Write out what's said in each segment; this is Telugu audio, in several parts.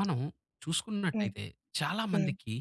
మనం హ్మ్. చూసుకున్నట్టయితే చాలా హ్మ్. మందికి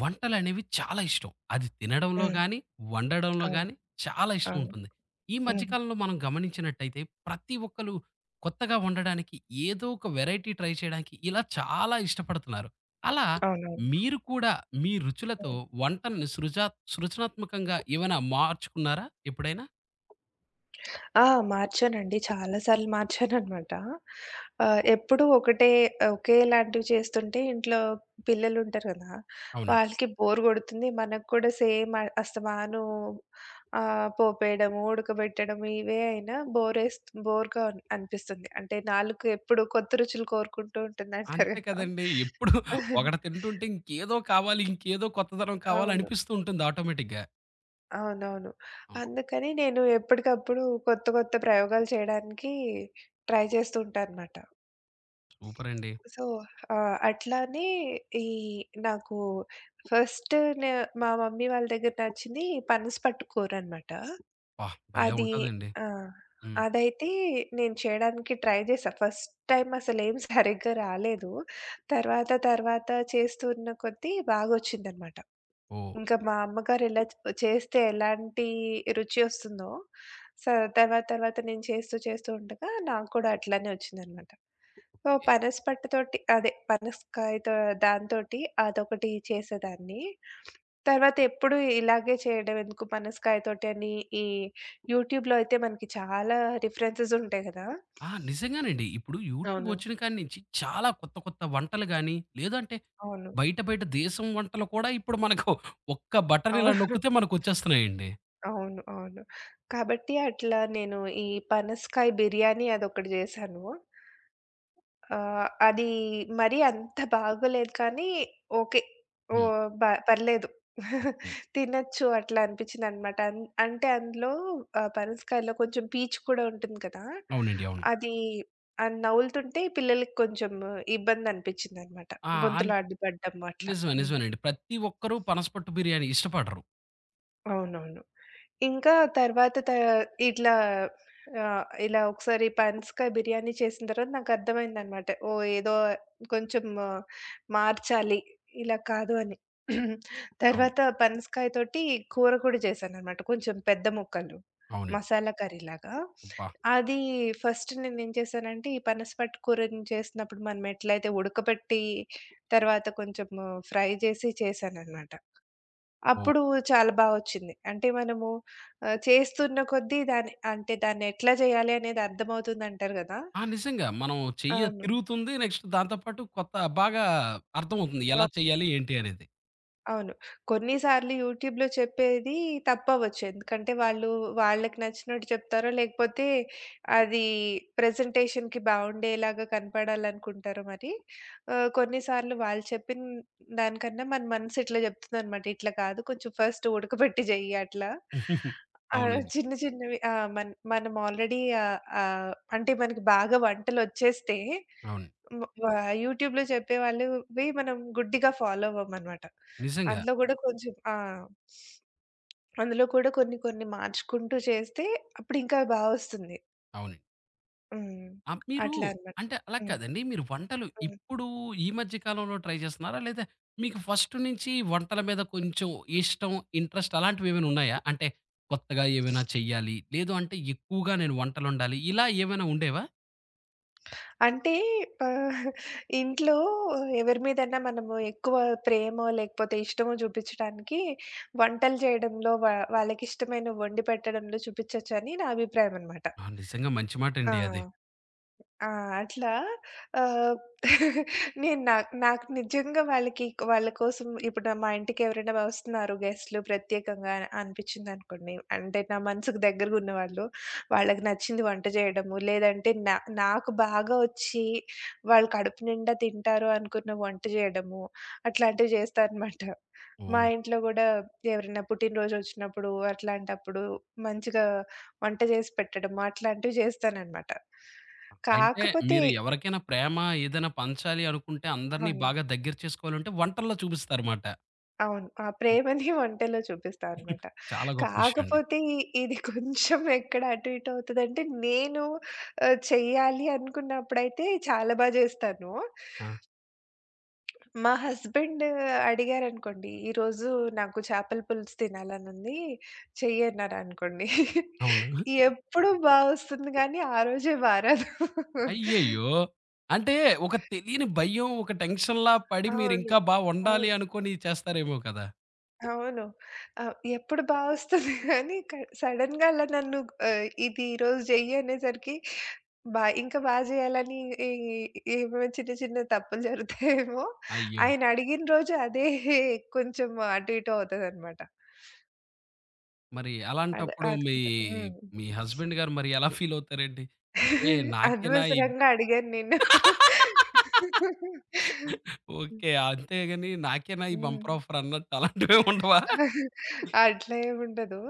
వంటలనేవి చాలా ఇష్టం. అది తినడంలో హ్మ్. గాని, వండడంలో అవును. గాని చాలా ఇష్టం అవును. ఉంటుంది. ఈ మధ్య హ్మ్. కాలంలో మనం గమనించినట్టయితే ప్రతి ఒక్కళ్ళు కొత్తగా వండడానికి ఏదో ఒక వెరైటీ ట్రై చేయడానికి ఇలా చాలా ఇష్టపడుతున్నారు. అలా అవునవును. మీరు కూడా మీ రుచులతో హ్మ్. వంటల్ని సృజనాత్మకంగా ఏమైనా మార్చుకున్నారా ఎప్పుడైనా? ఆ! మార్చానండి. చాలా సార్లు మార్చాననమాట. ఎప్పుడూ ఒకటే ఒకేలాంటివి చేస్తుంటే ఇంట్లో పిల్లలుంటారు గదా! అవునండి. వాళ్ళకి బోర్ గొడుతుంది. మనకు కూడా సేమ్ అస్తమాను పోపేయడము, ఉడకబెట్టడం ఇవే అయినా బోరేస్ బోర్‌గా అనిపిస్తుంది. అంటే నాలుక ఎప్పుడు కొత్త రుచులు కోరుకుంటూ ఉంటుందంటారు అంతే గదా! కదండీ! ఎప్పుడు ఒకటి తింటుంటే ఇంకేదో కావాలి, ఇంకేదో కొత్తదనం కావాలి అవును. అనిపిస్తూ ఉంటుంది ఆటోమేటిక్‌గా. అవునవును. అవును. అందుకని నేను ఎప్పటికప్పుడు కొత్త కొత్త ప్రయోగాలు చేయడానికి ట్రై చేస్తూ ఉంటానన్నమాట. సూపర్ అండి. సో, అట్లానే ఈ నాకు ఫస్ట్ నే మా మమ్మీ వాళ్ళ దగ్గర నచ్చింది ఈ పనస పట్టు కూరనమాట. అబ్బా! భలే అది ఉంటదండి. ఆ! హ్మ్. అదైతే నేను చేయడానికి ట్రై చేశా. ఫస్ట్ టైమ్ అసలేం సరిగ్గా రాలేదు. తర్వాత తర్వాత చేస్తున్న కొద్దీ బాగొచ్చిందనమాట. ఓకే. ఇంకా మా అమ్మగారు ఎలా చేస్తే ఎలాంటి రుచి ఒస్తుందో, స తర్వాత తర్వాత నేను చేస్తూ చేస్తూ ఉండగా నాకు కూడా అట్లానే ఒచ్చిందనమాట. సో, పనస పట్టుతోటి అదే పనసకాయతో దాంతోటి అదొకటి చేసేదాన్ని. తర్వాత ఎప్పుడు ఇలాగే చేయడం ఎందుకు పనసకాయతోటి అని ఈ యూట్యూబ్‌లో అయితే మనకి చాలా రిఫరెన్సెస్ ఉంటాయి గదా! ఆ! నిజంగానండి. ఇప్పుడు యూట్యూబ్ అవును. వచ్చిన కాడి నుంచి చాలా కొత్త కొత్త వంటలు గాని, లేదంటే అవును. బయట బయట దేశం వంటలు కూడా ఇప్పుడు మనకు ఒక్క బటన్ ఇలా అవును. నొక్కితే మనకొచ్చేస్తున్నాయండి. అవును. అవును. కాబట్టి అట్లా నేను ఈ పనసకాయ బిర్యానీ అదొకటి జేశాను. అది మరీ అంత బాగోలేదు కానీ ఓకే. హ్మ్. ఓహ్! బ పర్లేదు. ఓకే. తినొచ్చు అట్లా అనిపించిందనమాట. అంటే అందులో పనసకాయలో కొంచెం పీచు కూడా ఉంటుంది కదా! అవునండి. అవును. అది అది నములుతుంటే పిల్లలకి కొంచెం ఇబ్బందనిపించిందనమాట. ఆ! అన్ గొంతులో అడ్డుపడ్డం అట్లా. నిజమే. హ్మ్. నిజమేనండి. ప్రతి ఒక్కరు పనసపట్టు బిర్యానీ ఇష్టపడరు. అవునవును. ఇంకా తర్వాత త ఇట్లా ఆహ్, ఇలా ఒకసారి పనసకాయ బిర్యానీ చేసిన తర్వాత నాకర్థమైందనమాట. ఓహ్! ఏదో కొంచెం మార్చాలి. ఇలా కాదు అని. అవును. తర్వాత పనసకాయ తోటి కూర కూడా చేశాననమాట. కొంచెం పెద్ద ముక్కలు. అవునండి. మసాలా కర్రీలాగా. అబ్బా! అది ఫస్ట్ నేనేం చేశానంటే, ఈ పనసపట్టు కూరని చేసినప్పుడు మనం ఎట్లయితే ఉడకబెట్టి తర్వాత కొంచెం ఫ్రై చేసి చేశాననమాట. ఓహ్! అప్పుడు చాలా బా వచ్చింది. అంటే మనము చేస్తున్న కొద్దీ దాన్ని అంటే దాన్నెట్లా జేయాలి అనేది అర్థమవుతుందంటారు గదా! ఆ! నిజంగా. మనం చెయ్య అవును. తిరుగుతుంది. నెక్స్ట్ దాంతో పాటు కొత్త బాగా అర్థమవుతుంది. ఎలా అవును. చేయాలి ఏంటి అనేది. అవును. కొన్నిసార్లు యూట్యూబ్‌లో చెప్పేది తప్పవ్వచ్చు. ఎందుకంటే వాళ్ళు వాళ్ళకి నచ్చినట్టు చెప్తారో, లేకపోతే అది ప్రెజెంటేషన్‌కి బావుండేలాగా కనపడాలనుకుంటారో మరి. కొన్నిసార్లు వాళ్ళు చెప్పిన దానికన్నా మన మనసు ఇట్లా చెప్తుందనమాట. ఇట్లా కాదు కొంచెం ఫస్ట్ ఉడకబెట్టి చెయ్యి అట్లా. ఆ! అవునండి. చిన్న చిన్నవి ఆ! మనం ఆల్రెడీ ఆహ్, ఆహ్, అంటే మనకి బాగా వంటలొచ్చేస్తే అవును. వ వ యూట్యూబ్‌లో చెప్పేవాళ్ళువి మనం గుడ్డిగా ఫాలో అవ్వమనమాట. నిజంగా. అందులో గూడా కొంచెం ఆ! అందులో కూడా కొన్ని కొన్ని మార్చుకుంటూ చేస్తే అప్పుడింకా బా వస్తుంది. అవునండి. హ్మ్. ఆహ్, మీరు అట్లా అనమాట. అంటే అలా హ్మ్. కాదండి. మీరు వంటలు హ్మ్. ఇప్పుడు ఈ మధ్య కాలంలో ట్రై చేస్తున్నారా? లేదా మీకు ఫస్ట్ నుంచి వంటల మీద కొంచెం ఇష్టం, ఇంట్రెస్ట్ అలాంటివేమైనా ఉన్నాయా? అంటే కొత్తగా ఏమైనా చెయ్యాలి, లేదు అంటే ఎక్కువగా నేను వంటలొండాలి ఇలా ఏమైనా ఉండేవా? అంటే ఆహ్, ఇంట్లో ఎవరి మీదన్నా మనము ఎక్కువ ప్రేమో, లేకపోతే ఇష్టమో చూపిచ్చడానికి వంటలు చేయడంలో, వాళ్ళకిష్టమైనవి వండి పెట్టడంలో చూపిచ్చొచ్చని నా అభిప్రాయం అనమాట. ఆ! నిజంగా మంచి ఆ! మాటండి అది. ఆ! అట్లా ఆహ్, నేను నాకు నాకు నిజంగా వాళ్ళ కోసం ఇప్పుడు మా ఇంటికి ఎవరైనా వస్తున్నారు గెస్ట్‌లు ప్రత్యేకంగా అనిపించిందనుకోండి. అంటే నా మనసుకు దగ్గరగా ఉన్నవాళ్ళు, వాళ్ళకి నచ్చింది వంట చేయడము, లేదంటే నాకు బాగా వచ్చి వాళ్ళు కడుపు నిండా తింటారు అనుకున్న వంట చేయడము, అట్లాంటివి చేస్తా అనమాట. మా ఓహ్! ఇంట్లో గూడా ఎవరైనా పుట్టినరోజు వచ్చినప్పుడు అట్లాంటప్పుడు మంచిగా వంట చేసి పెట్టడము అట్లాంటివి చేస్తాననమాట. అయితే కాకపోతే మీరు ఎవరికైనా ప్రేమ ఏదైనా పంచాలి అనుకుంటే అందరిని అవును. బాగా దగ్గర చేసుకోవాలంటే వంటల్లో చూపిస్తారుమాట. అవును. ఆ ప్రేమని వంటలో చూపిస్తా అనమాట. చాలా గొప్ప విషయం అండి. కాకపోతే ఇది కొంచెం ఎక్కడ అటు ఇటు అవుతదంటే నేను చెయ్యాలి అనుకున్నప్పుడైతే చాలా బా చేస్తాను. ఆ! మా హస్బెండ్ అడిగారనుకోండి, "ఈరోజు నాకు చేపల పులుసు తినాలనుంది చెయ్యన్నారనుకోండి." అవును. ఎప్పుడు బా వస్తుంది గానీ, ఆ రోజే బా రాదు. అయ్యయ్యో! అంటే ఒక తెలియని భయం, ఒక టెన్షన్‌లా పడి అవును. మీరింకా బా అవును. వండాలి అనుకోని చేస్తారేమో కదా! అవును. ఎప్పుడు బా వస్తుంది గానీ సడెన్‌గా అలా నన్ను ఇది ఈరోజు జెయ్యి అనేసరికి బా జేయాలని ఈ ఏవేవో చిన్న చిన్న తప్పులు జరుగుతాయేమో! అయ్యో! ఆయన అడిగిన రోజు అదే కొంచెం అటు ఇటు అవుతదనమాట. మరి అదే అలాంటప్పుడు అది అది కూడా. హ్మ్. మీ హస్బెండ్ గారు మరి ఎలా ఫీల్ అవుతారండి? అంటే నాకేనా ఈ అనవసరంగా అడిగాను నేను. ఓకే. అంతేగాని నాకేనా ఈ హ్మ్. బంపర్ ఆఫర్ అన్నట్టు అలాంటివేమి ఉండవా? అట్లా ఏముండదు.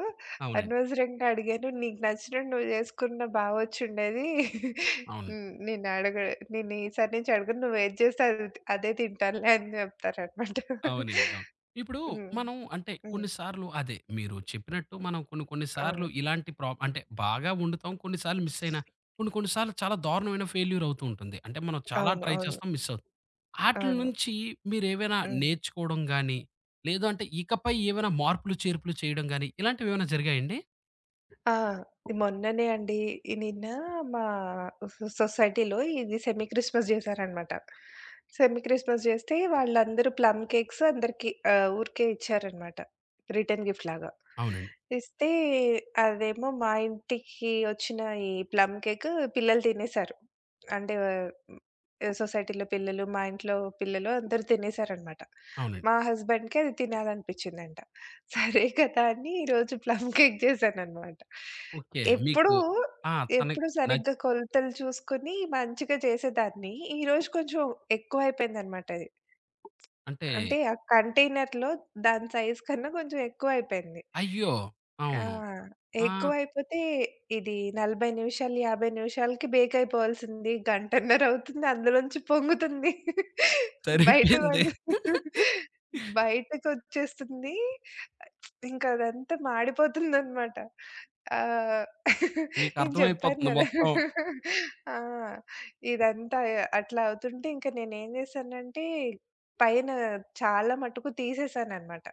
అవునండి. అనవసరంగా అడిగాను. నీకు నచ్చినట్టు నువ్వు చేసుకున్న బావొచ్చుండేది. అవును. హ్మ్. నేను ఈసారి నుంచి అడగను. నువ్వేది చేస్తే అదే తింటానులే అని చెప్తారనమాట. అవునండి. అవును. ఇప్పుడు హ్మ్. మనం అంటే హ్మ్. కొన్నిసార్లు అదే మీరు చెప్పినట్టు మనం కొన్ని కొన్ని సార్లు అవును. ఇలాంటి ప్రా అంటే బాగా వండుతాం. కొన్నిసార్లు మిస్ అయినా కొన్ని కొన్ని సార్లు చాలా దారుణమైన ఫెయిల్యూర్ అవుతూ ఉంటుంది. అంటే మనం చాలా అవును. ట్రై అవును. చేస్తాం మిస్ అవుతుంది. ఆటిల అవును. నుంచి మీరేవైనా హ్మ్. నేర్చుకోవడం గాని, లేదు అంటే ఇకపై ఏవైనా మార్పులు చేర్పులు చేయడం గాని ఇలాంటివేమైనా జరిగాయండి? ఆ! మొన్ననే అండి. నిన్న మా సొసైటీలో ఇది సెమీ క్రిస్మస్ చేశారనమాట. సెమీ క్రిస్మస్ చేస్తే వాళ్ళందరూ ప్లమ్ కేక్స్ అందరికి ఊరికే ఇచ్చారనమాట. రిటర్న్ గిఫ్ట్ లాగా. అవునండి. ఇస్తే అదేమో మా ఇంటికి వచ్చిన ఈ ప్లమ్ కేక్ పిల్లలు తినేసారు. అంటే సొసైటీలో పిల్లలు, మా ఇంట్లో పిల్లలు అందరూ తినేసారనమాట. అవునండి. మా హస్బెండ్‌కి అది తినాలనిపించిందంట. సరే కదా అని ఈరోజు ప్లమ్ కేక్ చేశాననమాట. ఓకే. మీకు ఎప్పుడూ, ఆ! తనకి ఎప్పుడు నచ్ సరిగ్గా కొలతలు చూసుకొని మంచిగా చేసేదాన్ని. ఈరోజు కొంచెం ఎక్కువైపోయిందనమాట అది. అంటే అంటే ఆ కంటైనర్‌లో దాని సైజ్ కన్నా కొంచెం ఎక్కువైపోయింది. అయ్యో! ఆ! అవును. ఆ! ఎక్కువైపోతే ఇది 40 నిమిషాలు, 50 నిమిషాలకి బేక్ అయిపోవాల్సింది గంటన్నర అవుతుంది. అందులోంచి పొంగుతుంది. బయట సరిపోయింది. పడుతుంది. బయటకొచ్చేస్తుంది. ఇంకా అదంతా మాడిపోతుందనమాట. ఆహ్, నేను చెప్పాను మీకర్థమైపోతుంది గదా! మొత్తం. ఆ! ఇదంతా అట్లా అవుతుంటే ఇంక నేనేం జేశానంటే పైన చాలా మటుకు తీసేసాననమాట.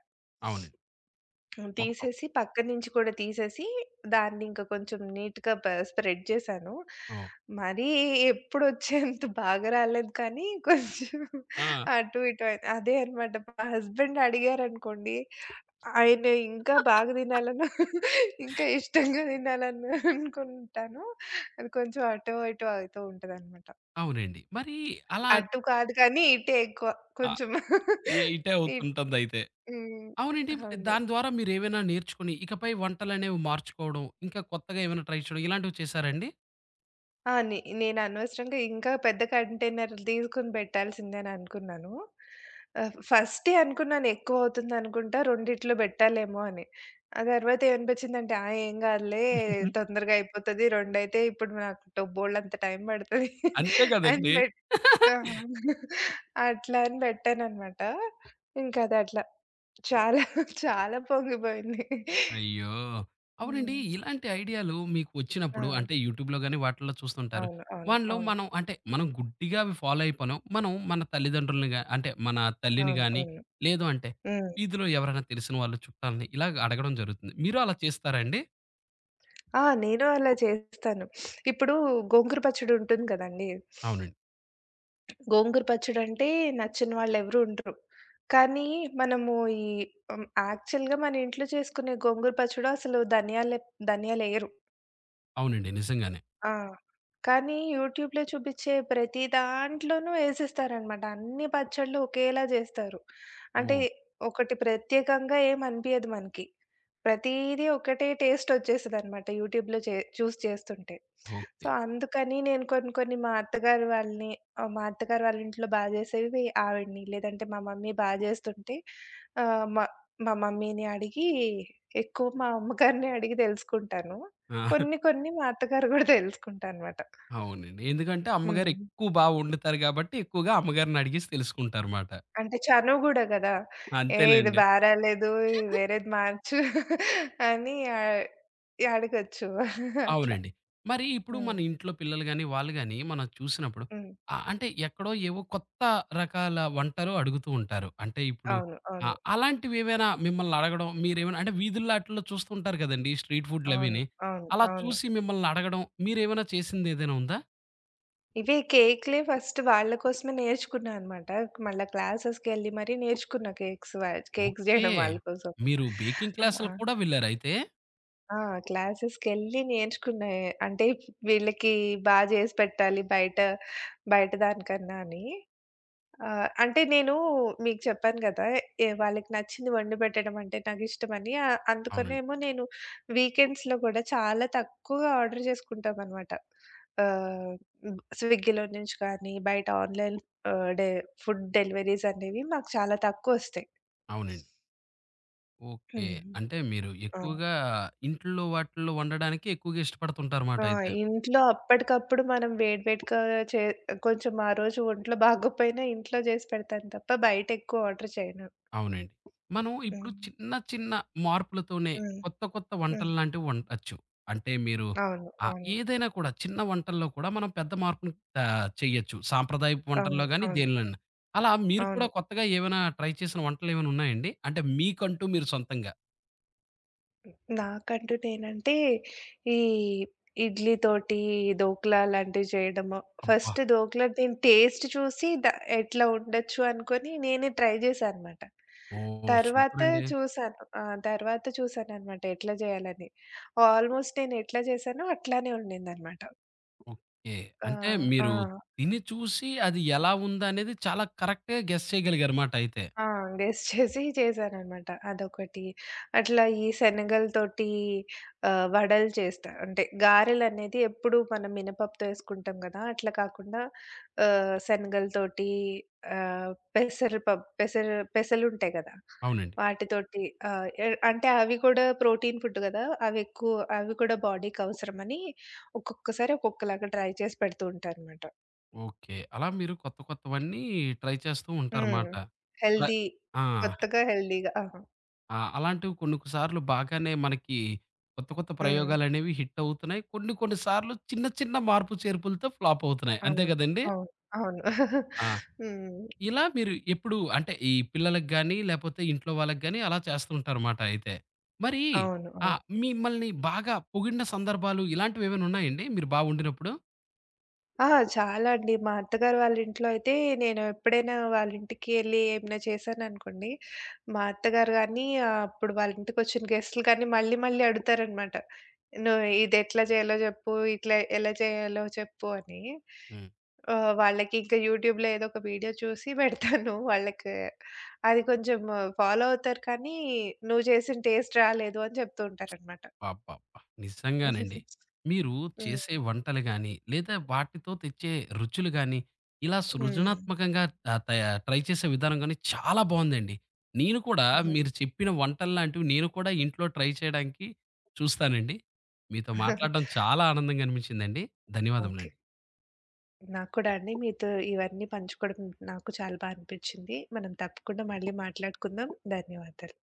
అవునండి. హ్మ్. మొత్తం. తీసేసి పక్క నుంచి కూడా తీసేసి దాన్ని ఇంకా కొంచెం నీట్‌గా స్ప్రెడ్ చేశాను. అవును. మరీ ఎప్పుడొచ్చేంత బాగా రాలేదు కానీ కొంచెం ఆ! అటు ఇటు అయి అదే అనమాట మా హస్బెండ్ అడిగారనుకోండి ఆయన ఇంకా బాగా తినాలని ఇంకా ఇష్టంగా తినాలని అనుకుంటాను. అది కొంచెం అటో ఇటో అవుతూ ఉంటదనమాట. అవునండి. మరి అలా అటు కాదు కానీ ఇటే ఎక్కువ ఆహ్, కొంచెం ఇటే ఇట్ అవుతుంటుందయితే. హ్మ్. అవునండి. మరి అవును. దాని ద్వారా మీరేమైనా నేర్చుకొని ఇకపై వంటలనేవి మార్చుకోవడం, ఇంకా కొత్తగా ఏమైనా ట్రై చేయడం ఇలాంటివి చేశారా అండి? ఆ! నేను అనవసరంగా ఇంకా పెద్ద కంటైనర్‌లు తీసుకొని పెట్టాల్సిందేననుకున్నాను. ఫస్టే అనుకున్నాను ఎక్కువవుతుందనుకుంటా, రెండిట్లో పెట్టాలేమో అని. ఆ తర్వాత ఏమనిపించిందంటే, ఆ! ఏం కాదులే తొందరగా అయిపోతది. రెండైతే ఇప్పుడు నాకు బోలెడంత టైం పడతది అంతే అని కదండీ. బెట్ ఆ! అట్లా అని పెట్టాననమాట. ఇంకది అట్లా చాలా, చాలా పొంగిపోయింది. అయ్యో! హ్మ్. అవునండి. ఇలాంటి ఐడియాలు మీకు వచ్చినప్పుడు ఆ! అంటే యూట్యూబ్‌లో గాని వాటిల్లో చూస్తుంటారు. అవును. అవును. వానిలో అవును. మనం అంటే మనం గుడ్డిగా అవి ఫాలో అయిపోలేం. మనం మన తల్లిదండ్రులని గా అంటే మన తల్లిని అవును. గాని, అవును. లేదు అంటే హ్మ్. వీధిలో ఎవరైనా తెలిసిన వాళ్ళు చుట్టాలని ఇలాగ అడగడం జరుగుతుంది. మీరు అలా చేస్తారా అండి? ఆ! నేను అలా చేస్తాను. ఇప్పుడు గోంగూర పచ్చడి ఉంటుంది కదండీ! అవునండి. గోంగూర పచ్చడి అంటే నచ్చని వాళ్ళెవరు ఉండరు. కానీ మనము ఈ యాక్చువల్‌గా మన ఇంట్లో చేసుకునే గోంగూర పచ్చడి అసలు ధనియాలేయరు. అవునండి. నిజంగానే. ఆ! కానీ యూట్యూబ్‌లో చూపించే ప్రతి దాంట్లోనూ ఏసేస్తారనమాట. అన్ని పచ్చళ్ళు ఒకేలా జేస్తారు. అంటే ఓహ్! ఒకటి ప్రత్యేకంగా ఏమి అనిపియదు మనకి. ప్రతీది ఒకటే టేస్ట్ వచ్చేస్తదనమాట యూట్యూబ్‌లో చూసి చేస్తుంటే. ఓకే. సో, అందుకని నేను కొన్ని కొన్ని మా అత్తగారు వాళ్ళని మా అత్తగారు వాళ్ళ ఇంట్లో బాగా చేసేవి ఆవిడని, లేదంటే మా మమ్మీ బాగా చేస్తుంటే ఆహ్, మా మా మమ్మీని అడిగి ఎక్కువ మా అమ్మగారిని అడిగి తెలుసుకుంటాను. ఆ! కొన్ని కొన్ని మా అత్తగారు గూడా తెలుసుకుంటా అనమాట. అవునండి. ఎందుకంటే అమ్మగారు హ్మ్. ఎక్కువ బా వండుతారు గాబట్టి ఎక్కువగా అమ్మగారిని అడిగేసి తెలుసుకుంటారుమాట. అంటే చనువు గూడా గదా! ఏ ఇది అంతేలెండి. బా రాలేదు వేరేది మార్చు అని అడగొచ్చు అట్లా. అవునండి. మరి ఇప్పుడు హ్మ్. మన ఇంట్లో పిల్లలు గాని, వాళ్ళు గాని మనం చూసినప్పుడు హ్మ్. ఆహ్, అంటే ఎక్కడో ఏవో కొత్త రకాల వంటలు అడుగుతూ ఉంటారు. అంటే ఇప్పుడు అవును. అవును. ఆహ్, అలాంటివేవైనా మిమ్మల్ని అడగడం, మీరేమైనా అంటే వీధుల్లో ఆటిల్లో చూస్తూ ఉంటారు కదండీ! స్ట్రీట్ అవును. ఫుడ్‌లవీని. అవును. అలా అవును. చూసి మిమ్మల్ని అడగడం, మీరేమైనా చేసిందేదైనా ఉందా? ఇవే కేక్‌లే ఫస్ట్ వాళ్ళ కోసమే నేర్చుకున్నా అనమాట. మళ్ళా క్లాసెస్‌కెళ్ళి మరీ నేర్చుకున్నా కేక్స్ ఓకే. జేయడం వాళ్ళ కోసం. మీరు బేకింగ్ ఆ! క్లాసులకి కూడా వెళ్లారైతే? ఆ! క్లాసెస్‌కెళ్ళి నేర్చుకున్నా. అంటే వీళ్ళకి బా జేసి పెట్టాలి బయట బయట దానికన్నా అని. ఆ! అంటే నేను మీకు చెప్పాను గదా! ఏ వాళ్ళకి నచ్చింది వండి పెట్టడం అంటే నాకిష్టమని. అవునండి. అందుకనేమో నేను వీకెండ్స్‌లో గూడా చాలా తక్కువగా ఆర్డర్ చేసుకుంటామనమాట. ఆహ్, హ్మ్. స్విగ్గీలో నుంచి కానీ, బయట ఆన్‌లైన్ ఆహ్, డె ఫుడ్ డెలివరీస్ అనేవి మాకు చాలా తక్కువొస్తాయి. అవునండి. ఓకే. హ్మ్. అంటే మీరు ఆ! ఎక్కువగా ఇంట్లో వాటిల్లో వండడానికి ఎక్కువగా ఇష్టపడుతుంటారు మాట ఆ! అయితే. ఇంట్లో అప్పటికప్పుడు మనం వేడి వేడిగా చే కొంచెం ఆ రోజు ఒంట్లో బాగోపోయినా ఇంట్లో జేసి పెడతాను తప్ప బయటెక్కువ ఆర్డర్ చేయను. అవునండి. మనం ఇప్పుడు హ్మ్. చిన్న చిన్న మార్పులతోనే హ్మ్. కొత్త కొత్త హ్మ్. వంటల్లాంటివి వండొచ్చు. అంటే మీరు అవును. ఆహ్, అవును. ఏదైనా కూడా చిన్న వంటల్లో కూడా మనం పెద్ద మార్పుని ఆహ్, చేయొచ్చు. సాంప్రదాయపు అవును. వంటల్లో గాని అవును. దేనిలోనైనా. అలా మీరు కూడా అవును. కొత్తగా ఏమైనా ట్రై చేసిన వంటలేమైనా ఉన్నాయండి? అంటే మీకంటూ మీరు సొంతంగా? నాకంటూ నేనంటే ఈ ఇడ్లీ తోటి ధోక్లా లాంటివి చేయడము. అబ్బా! ఫస్ట్ ధోక్లా నేను టేస్ట్ చూసి ఎట్లా ఉండొచ్చు అనుకోని నేనే ట్రై చేశానన్నమాట. ఓహ్! తర్వాత సూపర్ అండి. చూసాను. ఆ! తర్వాత చూసానన్నమాట ఎట్లా చేయాలని. ఆల్మోస్ట్ నేను ఎట్లా చేశానో అట్లానే ఉండిందన్నమాట. ఓకే. ఆ! అంటే ఆ! మీరు తిని చూసి అది ఎలా ఉందనేది చాలా కరెక్ట్‌గా గెస్ చేయగలిగారుమాట అయితే. ఆ! గెస్ చేసి చేశాననమాట. అదొకటి. అట్లా ఈ శనగలతోటి వడలు చేస్తా. అంటే గారెలనేది ఎప్పుడు మనం మినపప్పుతో ఏసుకుంటాం గదా! అట్లా కాకుండా శనగలతోటి ఆహ్, పెసరపప్ పెసర పెసలుంటాయి గదా! అవునండి. వాటితోటి ఆహ్, ఎ అంటే అవి కూడా ప్రోటీన్ ఫుడ్ గదా! అవి కూడా బాడీకి అవసరమని ఒక్కొక్కసారి ఒక్కొక్కలాగా ట్రై చేసి పెడుతూ ఉంటానమాట. ఓకే. అలా మీరు కొత్త కొత్తవన్నీ ట్రై చేస్తూ హ్మ్. ఉంటారమాట. ప్ర హెల్తీ ఆ! కొత్తగా హెల్తీగా. ఆహా! ఆహ్, అలాంటివి కొన్ని కొన్ని సార్లు బాగానే మనకి కొత్త కొత్త హ్మ్. ప్రయోగాలనేవి హిట్ అవుతున్నాయి. కొన్ని కొన్ని సార్లు చిన్న చిన్న మార్పు చేర్పులతో ఫ్లాప్ అవుతున్నాయి. అంతే అవును. గదండీ! అవును. అవును. ఆ! ఆ! హ్మ్. ఇలా మీరు ఎప్పుడు అంటే ఈ పిల్లలకి గాని, లేపోతే ఇంట్లో వాళ్ళకి గాని అలా చేస్తూ ఉంటారమాట అయితే. మరి అవును. ఆ! అవును. మిమ్మల్ని బాగా పొగిడిన సందర్భాలు ఇలాంటివేమైనా ఉన్నాయండి మీరు బా వండినప్పుడు? ఆ! చాలా అండి. మా అత్తగారు వాళ్ళ ఇంట్లో అయితే నేను ఎప్పుడైనా వాళ్ళ ఇంటికి ఎళ్లి ఏమైనా చేశాననుకోండి, మా అత్తగారు గాని అప్పుడు వాళ్ళ ఇంటికొచ్చిన గెస్టులు కానీ మళ్ళీ మళ్ళీ అడుగుతారనమాట. "నువ్వు ఇదెట్లా చేయాలో చెప్పు, ఇట్లా ఎలా చేయాలో చెప్పు" అని. హ్మ్. వాళ్ళకి ఇంకా యూట్యూబ్‌లో ఏదో ఒక వీడియో చూసి పెడతాను వాళ్ళకి. అది కొంచెం ఫాలో అవుతారు కానీ, "నువ్వు చేసిన టేస్ట్ రాలేదు" అని చెప్తూ ఉంటారనమాట. అబ్బబ్బా! నిజంగానండి. మీరు హ్మ్. చేసే వంటలు గాని, లేదా వాటితో తెచ్చే రుచులు గాని, ఇలా హ్మ్. సృజనాత్మకంగా ఆహ్, ట్రై చేసే విధానం గాని చాలా బావుందండి. నేను కూడా హుహు. మీరు చెప్పిన వంటల్లాంటివి నేను కూడా ఇంట్లో ట్రై చేయడానికి చూస్తానండి. మీతో మాట్లాడడం చాలా ఆనందంగా అనిపించిందండి. ఓకే. ధన్యవాదములండి. నాకు కూడా అండి మీతో ఇవన్నీ పంచుకోవడం నాకు చాలా బా అనిపిచ్చింది. మనం తప్పకుండా మళ్ళీ మాట్లాడుకుందాం. ధన్యవాదాలు.